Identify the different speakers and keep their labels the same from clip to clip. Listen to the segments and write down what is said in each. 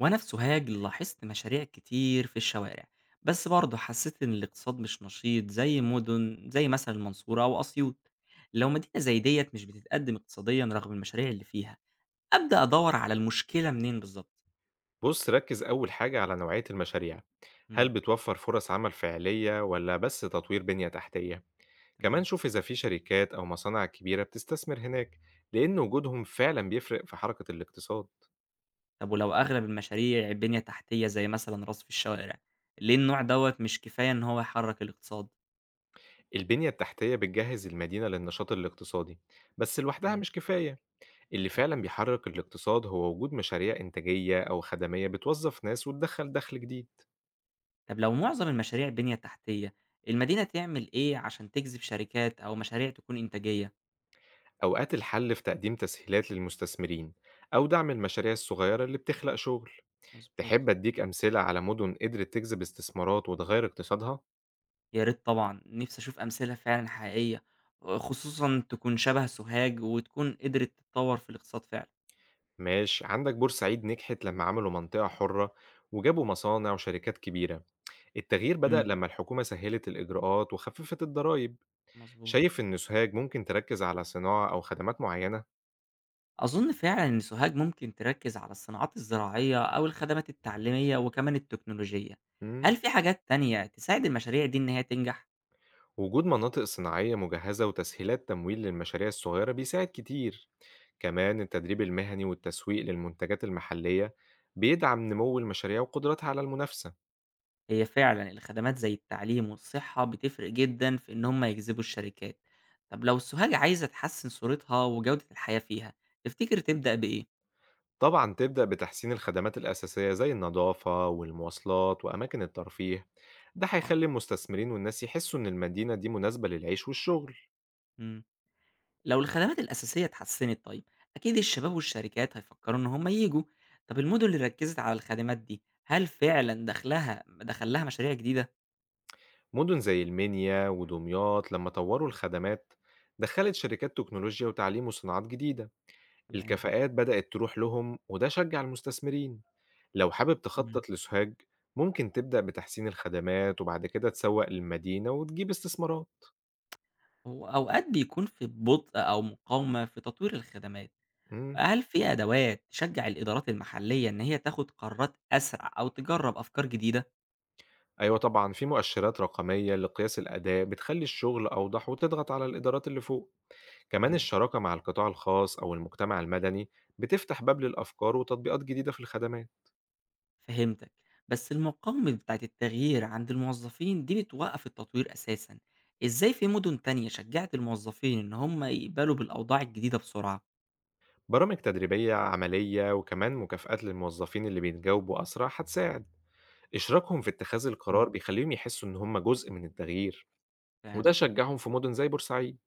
Speaker 1: وأنا في سوهاج لاحظت مشاريع كتير في الشوارع، بس برضه حسيت إن الاقتصاد مش نشيط زي مدن زي مثلا المنصورة أو أسيوط. لو مدينة زي ديت مش بتتقدم اقتصاديا رغم المشاريع اللي فيها، أبدأ أدور على المشكلة منين بالظبط؟
Speaker 2: بُص، ركّز أول حاجة على نوعية المشاريع،
Speaker 1: مم.
Speaker 2: هل بتوفّر فرص عمل فعلية والّا بس تطوير بنية تحتية؟ كمان
Speaker 1: تمام.
Speaker 2: شوف إذا في شركات أو مصانع كبيرة بتستثمر هناك، لإن وجودهم فعلًا بيفرق في حركة الاقتصاد.
Speaker 1: طب ولو أغلب المشاريع بنية تحتية زي مثلا رصف الشوارع، ليه النوع دوت مش كفاية إن هو يحرك الاقتصاد؟
Speaker 2: البنية التحتية بتجهّز المدينة للنشاط الاقتصادي، بس لوحدها
Speaker 1: مم.
Speaker 2: مش كفاية، اللي
Speaker 1: صح.
Speaker 2: فعلًا بيحرك الاقتصاد هو وجود مشاريع إنتاجية أو خدمية بتوظّف ناس وتدخّل دخل جديد.
Speaker 1: طب لو معظم المشاريع بنية تحتية، المدينة تعمل إيه عشان تجذب شركات أو مشاريع تكون إنتاجية؟
Speaker 2: أوقات الحل في تقديم تسهيلات للمستثمرين أو دعم المشاريع الصغيرة اللي بتخلق شغل.
Speaker 1: مظبوط.
Speaker 2: تحب أديك أمثلة على مدن قدرت تجذب استثمارات وتغير اقتصادها؟
Speaker 1: يا ريت طبعًا، نِفْسي أشوف أمثلة فعلًا حقيقية، خصوصًا تكون شبه سوهاج وتكون قدرت تتطوّر في الاقتصاد فعلًا.
Speaker 2: ماشي، عندك بورسعيد نجحت لما عملوا منطقة حرة وجابوا مصانع وشركات كبيرة. التغيير بدأ
Speaker 1: إمم،
Speaker 2: لما الحكومة سهلت الإجراءات وخففت الضرائب.
Speaker 1: مضبوط.
Speaker 2: شايف إن سوهاج ممكن تركز على صناعة أو خدمات معينة؟
Speaker 1: أظن فعلًا إن سوهاج ممكن تركّز على الصناعات الزراعية أو الخدمات التعليمية وكمان التكنولوجية.
Speaker 2: مم.
Speaker 1: هل في حاجات تانية تساعد المشاريع دي إن هي تنجح؟
Speaker 2: وجود مناطق صناعية مجهزة وتسهيلات تمويل للمشاريع الصغيرة بيساعد كتير، كمان التدريب المهني والتسويق للمنتجات المحلية بيدعم نمو المشاريع وقدرتها على المنافسة.
Speaker 1: هي فعلًا الخدمات زي التعليم والصحة بتفرق جدًا في إن هم يجذبوا الشركات. طب لو سوهاج عايزة تحسّن صورتها وجودة الحياة فيها، تفتكر تبدأ بإيه؟
Speaker 2: طبعًا تبدأ بتحسين الخدمات الأساسية زي النضافة والمواصلات وأماكن الترفيه، ده
Speaker 1: آه،
Speaker 2: هيخلي المستثمرين والناس يحسوا إن المدينة دي مناسبة للعيش والشغل.
Speaker 1: إمم. لو الخدمات الأساسية اتحسنت طيب، أكيد الشباب والشركات هيفكروا إن هم ييجوا. طب المدن اللي ركزت على الخدمات دي هل فعلا دخلها دخل لها مشاريع جديدة؟
Speaker 2: مدن زي المنيا ودمياط لما طوروا الخدمات دخلت شركات تكنولوجيا وتعليم وصناعات جديدة،
Speaker 1: تمام.
Speaker 2: الكفاءات بدأت تروح لهم وده شجع المستثمرين. لو حابب
Speaker 1: مم.
Speaker 2: تخطط لسوهاج ممكن تبدأ بتحسين الخدمات وبعد كده تسوق للمدينة وتجيب استثمارات.
Speaker 1: هو أوقات بيكون في بطء أو مقاومة في تطوير الخدمات،
Speaker 2: إمم.
Speaker 1: هل في أدوات تشجع الإدارات المحلية إن هي تاخد قرارات أسرع أو تجرب أفكار جديدة؟
Speaker 2: أيوه طبعًا، في مؤشرات رقمية لقياس الأداء بتخلّي الشغل أوضح وتضغط على الإدارات اللي فوق، كمان
Speaker 1: تمام.
Speaker 2: الشراكة مع القطاع الخاص أو المجتمع المدني بتفتح باب للأفكار وتطبيقات جديدة في الخدمات.
Speaker 1: فهمتك. بس المقاومة بتاعة التغيير عند الموظفين دي بتوقف التطوير أساسا، إزاي في مدن تانية شجعت الموظفين إن هم يقبلوا بالأوضاع الجديدة بسرعة؟
Speaker 2: برامج تدريبية عملية وكمان مكافآت للموظفين اللي بيتجاوبوا أسرع هتساعد، إشراكهم في اتخاذ
Speaker 1: مم.
Speaker 2: القرار بيخلّيهم يحسّوا إن هم جزء من التغيير، وده
Speaker 1: فعلا.
Speaker 2: شجّعهم في مدن زي بورسعيد.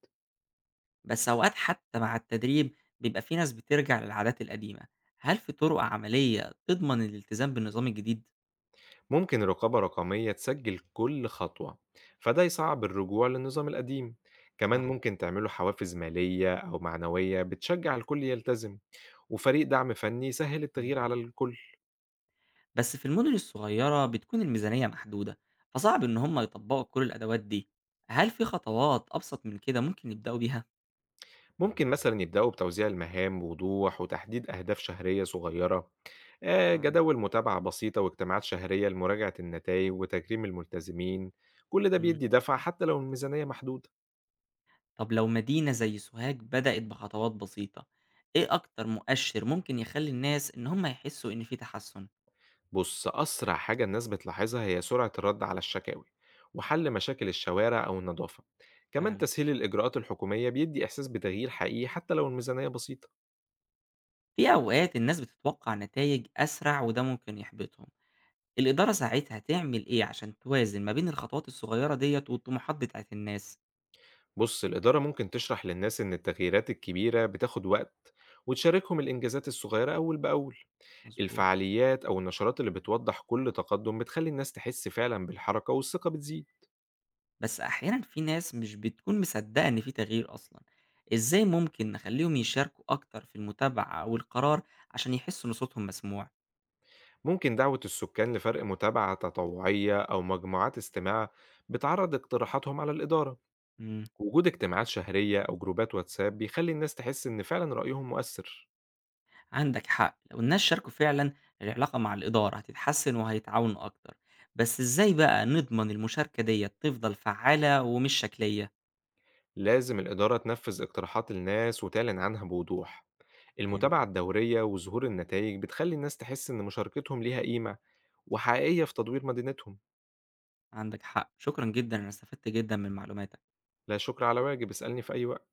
Speaker 1: بس أوقات حتى مع التدريب بيبقى في ناس بترجع للعادات القديمة، هل في طرق عملية تضمن الالتزام بالنظام الجديد؟
Speaker 2: ممكن رقابة رقمية تسجل كل خطوة فده يصعب الرجوع للنظام القديم، كمان
Speaker 1: صح.
Speaker 2: ممكن تعملوا حوافز مالية أو معنوية بتشجع الكل يلتزم وفريق دعم فني يسهل
Speaker 1: مم.
Speaker 2: التغيير على الكل.
Speaker 1: بس في المدن الصغيرة بتكون الميزانية محدودة، فصعب إن هم يطبقوا كل الأدوات دي، هل في خطوات أبسط من كده ممكن يبدأوا بيها؟
Speaker 2: ممكن مثلا يبدأوا بتوزيع المهام بوضوح وتحديد أهداف شهرية صغيرة،
Speaker 1: معاك.
Speaker 2: جداول متابعة بسيطة واجتماعات شهرية لمراجعة النتائج وتكريم الملتزمين. كل ده
Speaker 1: مم.
Speaker 2: بيدي دفع حتى لو الميزانية محدودة.
Speaker 1: طب لو مدينة زي سوهاج بدأت بخطوات بسيطة، إيه أكتر مؤشر ممكن يخلي الناس إن هم يحسوا إن في تحسن؟
Speaker 2: بص، أسرع حاجة الناس بتلاحظها هي سرعة الرد على الشكاوي وحل مشاكل الشوارع أو النظافة، كمان
Speaker 1: فعلًا؟
Speaker 2: تسهيل الإجراءات الحكومية بيدي إحساس بتغيير حقيقي حتى لو الميزانية بسيطة.
Speaker 1: في أوقات الناس بتتوقع نتائج أسرع وده ممكن يحبطهم، الإدارة ساعتها تعمل إيه عشان توازن ما بين الخطوات الصغيرة ديّة والطموحات بتاعة الناس؟
Speaker 2: بص، الإدارة ممكن تشرح للناس إن التغييرات الكبيرة بتاخد وقت وتشاركهم الإنجازات الصغيرة أول بأول.
Speaker 1: مضبوط.
Speaker 2: الفعاليات أو النشرات اللي بتوضح كل تقدم بتخلي الناس تحس فعلا بالحركة والثقة بتزيد.
Speaker 1: بس أحيانًا في ناس مش بتكون مصدقة إن في تغيير أصلًا، إزاي ممكن نخليهم يشاركوا أكتر في المتابعة أو القرار عشان يحسوا إن صوتهم مسموع؟
Speaker 2: ممكن دعوة السكان لفرق متابعة تطوعية أو مجموعات استماع بتعرض اقتراحاتهم على الإدارة.
Speaker 1: إمم.
Speaker 2: وجود اجتماعات شهرية أو جروبات واتساب بيخلي الناس تحس إن فعلا رأيهم مؤثر.
Speaker 1: عندك حق، لو الناس شاركوا فعلا العلاقة مع الإدارة هتتحسن وهيتعاونوا أكتر، بس إزاي بقى نضمن المشاركة دي تفضل فعالة ومش شكلية؟
Speaker 2: لازم الإدارة تنفذ اقتراحات الناس وتعلن عنها بوضوح،
Speaker 1: تمام.
Speaker 2: المتابعة الدورية وظهور النتائج بتخلي الناس تحس إن مشاركتهم ليها قيمة وحقيقية في تدوير مدينتهم.
Speaker 1: عندك حق، شكرا جدا أنا استفدت جدا من معلوماتك.
Speaker 2: لا شكر على واجب، اسألني في أي وقت.